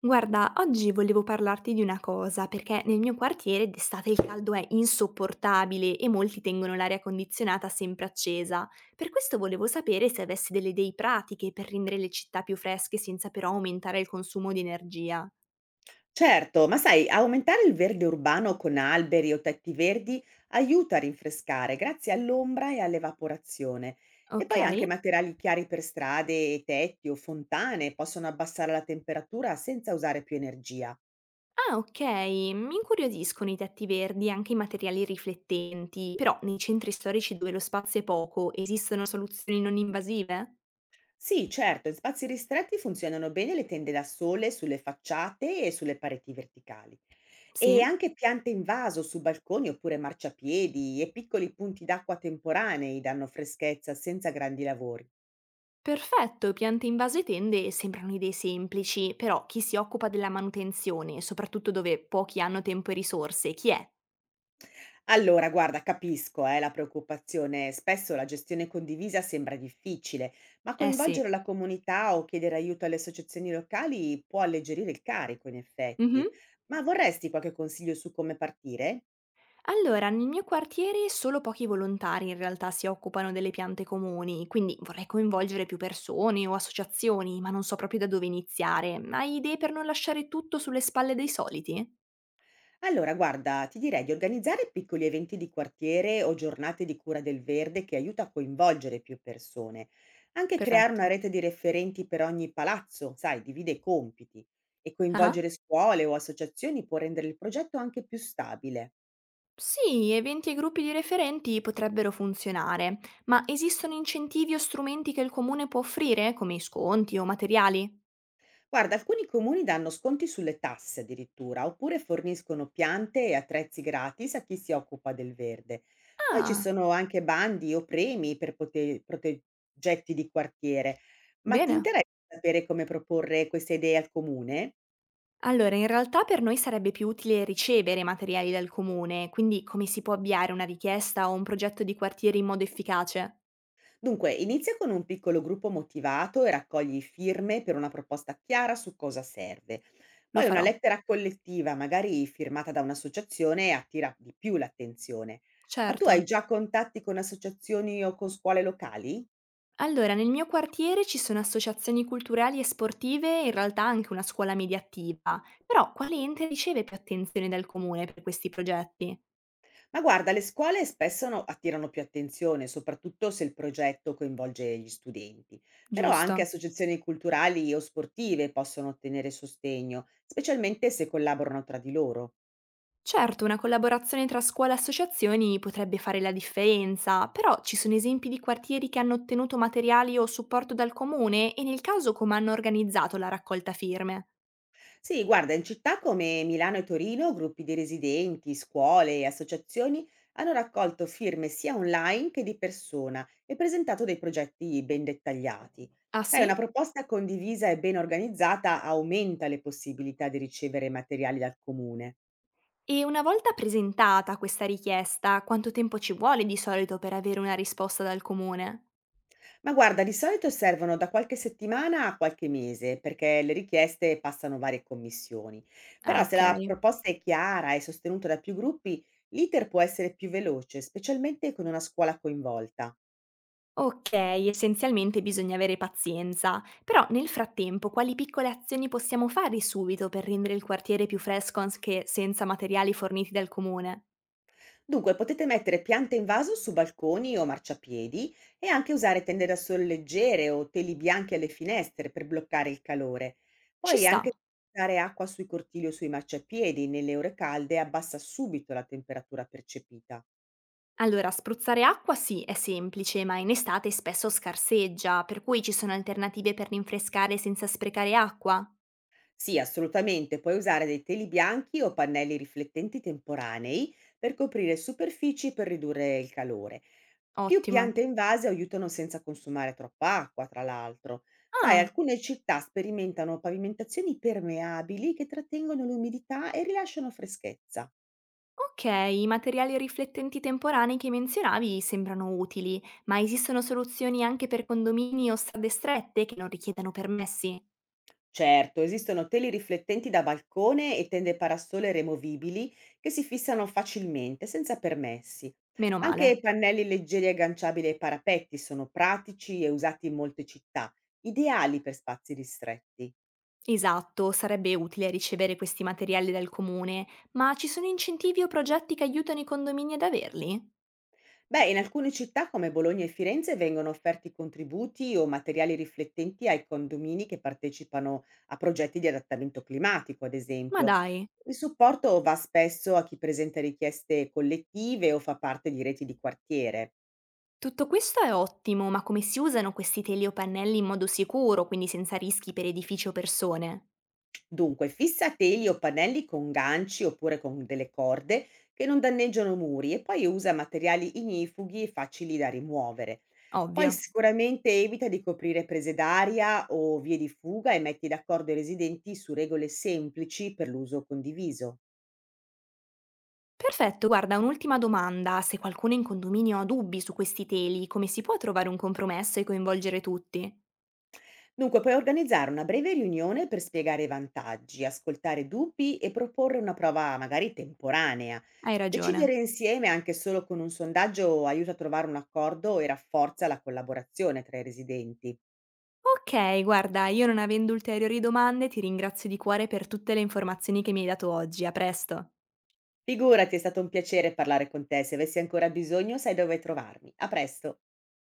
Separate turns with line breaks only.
Guarda, oggi volevo parlarti di una cosa, perché nel mio quartiere d'estate il caldo è insopportabile e molti tengono l'aria condizionata sempre accesa. Per questo volevo sapere se avessi delle idee pratiche per rendere le città più fresche senza però aumentare il consumo di energia.
Certo, ma sai, aumentare il verde urbano con alberi o tetti verdi aiuta a rinfrescare grazie all'ombra e all'evaporazione. E
Ok?
poi anche materiali chiari per strade, e tetti o fontane possono abbassare la temperatura senza usare più energia.
Ah, ok, mi incuriosiscono i tetti verdi e anche i materiali riflettenti, però nei centri storici dove lo spazio è poco esistono soluzioni non invasive?
Sì, certo, in spazi ristretti funzionano bene le tende da sole sulle facciate e sulle pareti verticali. E
Sì?
anche piante in vaso su balconi oppure marciapiedi e piccoli punti d'acqua temporanei danno freschezza senza grandi lavori.
Perfetto, piante in vase e tende sembrano idee semplici, però chi si occupa della manutenzione, soprattutto dove pochi hanno tempo e risorse, chi è?
Allora, guarda, capisco, la preoccupazione. Spesso la gestione condivisa sembra difficile, ma
Eh sì.
coinvolgere la comunità o chiedere aiuto alle associazioni locali può alleggerire il carico, in effetti.
Mhm.
Ma vorresti qualche consiglio su come partire?
Allora, nel mio quartiere solo pochi volontari in realtà si occupano delle piante comuni, quindi vorrei coinvolgere più persone o associazioni, ma non so proprio da dove iniziare. Hai idee per non lasciare tutto sulle spalle dei soliti?
Allora, guarda, ti direi di organizzare piccoli eventi di quartiere o giornate di cura del verde che aiuta a coinvolgere più persone. Anche creare una
Perfetto.
rete di referenti per ogni palazzo, sai, divide i compiti. E
Ah.
coinvolgere scuole o associazioni può rendere il progetto anche più stabile.
Sì, eventi e gruppi di referenti potrebbero funzionare, ma esistono incentivi o strumenti che il comune può offrire, come sconti o materiali?
Guarda, alcuni comuni danno sconti sulle tasse addirittura, oppure forniscono piante e attrezzi gratis a chi si occupa del verde. Poi ci
Ah,
sono anche bandi o premi per progetti di quartiere. Ma ti
bene.
interessa sapere come proporre queste idee al comune?
Allora, in realtà per noi sarebbe più utile ricevere materiali dal comune, quindi come si può avviare una richiesta o un progetto di quartiere in modo efficace?
Dunque, inizia con un piccolo gruppo motivato e raccogli firme per una proposta chiara su cosa serve.
Lo
Poi una
farò.
lettera collettiva, magari firmata da un'associazione, attira di più l'attenzione. Ma tu
Certo.
hai già contatti con associazioni o con scuole locali?
Allora, nel mio quartiere ci sono associazioni culturali e sportive e in realtà anche una scuola media attiva, però quale ente riceve più attenzione dal comune per questi progetti?
Ma guarda, le scuole spesso attirano più attenzione, soprattutto se il progetto coinvolge gli studenti. Però anche
Giusto.
associazioni culturali o sportive possono ottenere sostegno, specialmente se collaborano tra di loro.
Certo, una collaborazione tra scuola e associazioni potrebbe fare la differenza, però ci sono esempi di quartieri che hanno ottenuto materiali o supporto dal comune e nel caso come hanno organizzato la raccolta firme.
Sì, guarda, in città come Milano e Torino, gruppi di residenti, scuole e associazioni hanno raccolto firme sia online che di persona e presentato dei progetti ben dettagliati.
Ah
Sai, una
sì?
proposta condivisa e ben organizzata aumenta le possibilità di ricevere materiali dal comune.
E una volta presentata questa richiesta, quanto tempo ci vuole di solito per avere una risposta dal comune?
Ma guarda, di solito servono da qualche settimana a qualche mese, perché le richieste passano varie commissioni. Però
Ah,
se
ok.
la proposta è chiara e sostenuta da più gruppi, l'iter può essere più veloce, specialmente con una scuola coinvolta.
Okay, essenzialmente bisogna avere pazienza, però nel frattempo quali piccole azioni possiamo fare subito per rendere il quartiere più fresco anche senza materiali forniti dal comune?
Dunque, potete mettere piante in vaso su balconi o marciapiedi e anche usare tende da sole leggere o teli bianchi alle finestre per bloccare il calore.
Ci
Poi
sta.
anche dare acqua sui cortili o sui marciapiedi nelle ore calde abbassa subito la temperatura percepita.
Allora, spruzzare acqua sì, è semplice, ma in estate spesso scarseggia, per cui ci sono alternative per rinfrescare senza sprecare acqua?
Sì, assolutamente, puoi usare dei teli bianchi o pannelli riflettenti temporanei per coprire superfici per ridurre il calore. Più piante
Ottimo.
in vase aiutano senza consumare troppa acqua, tra l'altro. Sai,
Ah,
alcune città sperimentano pavimentazioni permeabili che trattengono l'umidità e rilasciano freschezza.
ok, i materiali riflettenti temporanei che menzionavi sembrano utili, ma esistono soluzioni anche per condomini o strade strette che non richiedano permessi?
Certo, esistono teli riflettenti da balcone e tende parasole removibili che si fissano facilmente, senza permessi.
Meno
Anche
male.
pannelli leggeri agganciabili ai parapetti sono pratici e usati in molte città, ideali per spazi ristretti.
Esatto, sarebbe utile ricevere questi materiali dal comune, ma ci sono incentivi o progetti che aiutano i condomini ad averli?
Beh, in alcune città come Bologna e Firenze vengono offerti contributi o materiali riflettenti ai condomini che partecipano a progetti di adattamento climatico, ad
Ma
esempio.
dai,
Il supporto va spesso a chi presenta richieste collettive o fa parte di reti di quartiere.
tutto questo è ottimo, ma come si usano questi teli o pannelli in modo sicuro, quindi senza rischi per edifici o persone?
Dunque, fissa teli o pannelli con ganci oppure con delle corde che non danneggiano muri e poi usa materiali ignifughi e facili da rimuovere. Poi
Ovvio.
sicuramente evita di coprire prese d'aria o vie di fuga e metti d'accordo i residenti su regole semplici per l'uso condiviso.
Perfetto, guarda, un'ultima domanda. Se qualcuno in condominio ha dubbi su questi teli, come si può trovare un compromesso e coinvolgere tutti?
Dunque, puoi organizzare una breve riunione per spiegare i vantaggi, ascoltare dubbi e proporre una prova magari temporanea.
Hai ragione.
Decidere insieme anche solo con un sondaggio aiuta a trovare un accordo e rafforza la collaborazione tra i residenti.
Ok, guarda, io non avendo ulteriori domande ti ringrazio di cuore per tutte le informazioni che mi hai dato oggi. A presto.
Figurati, è stato un piacere parlare con te. Se avessi ancora bisogno, sai dove trovarmi. A presto.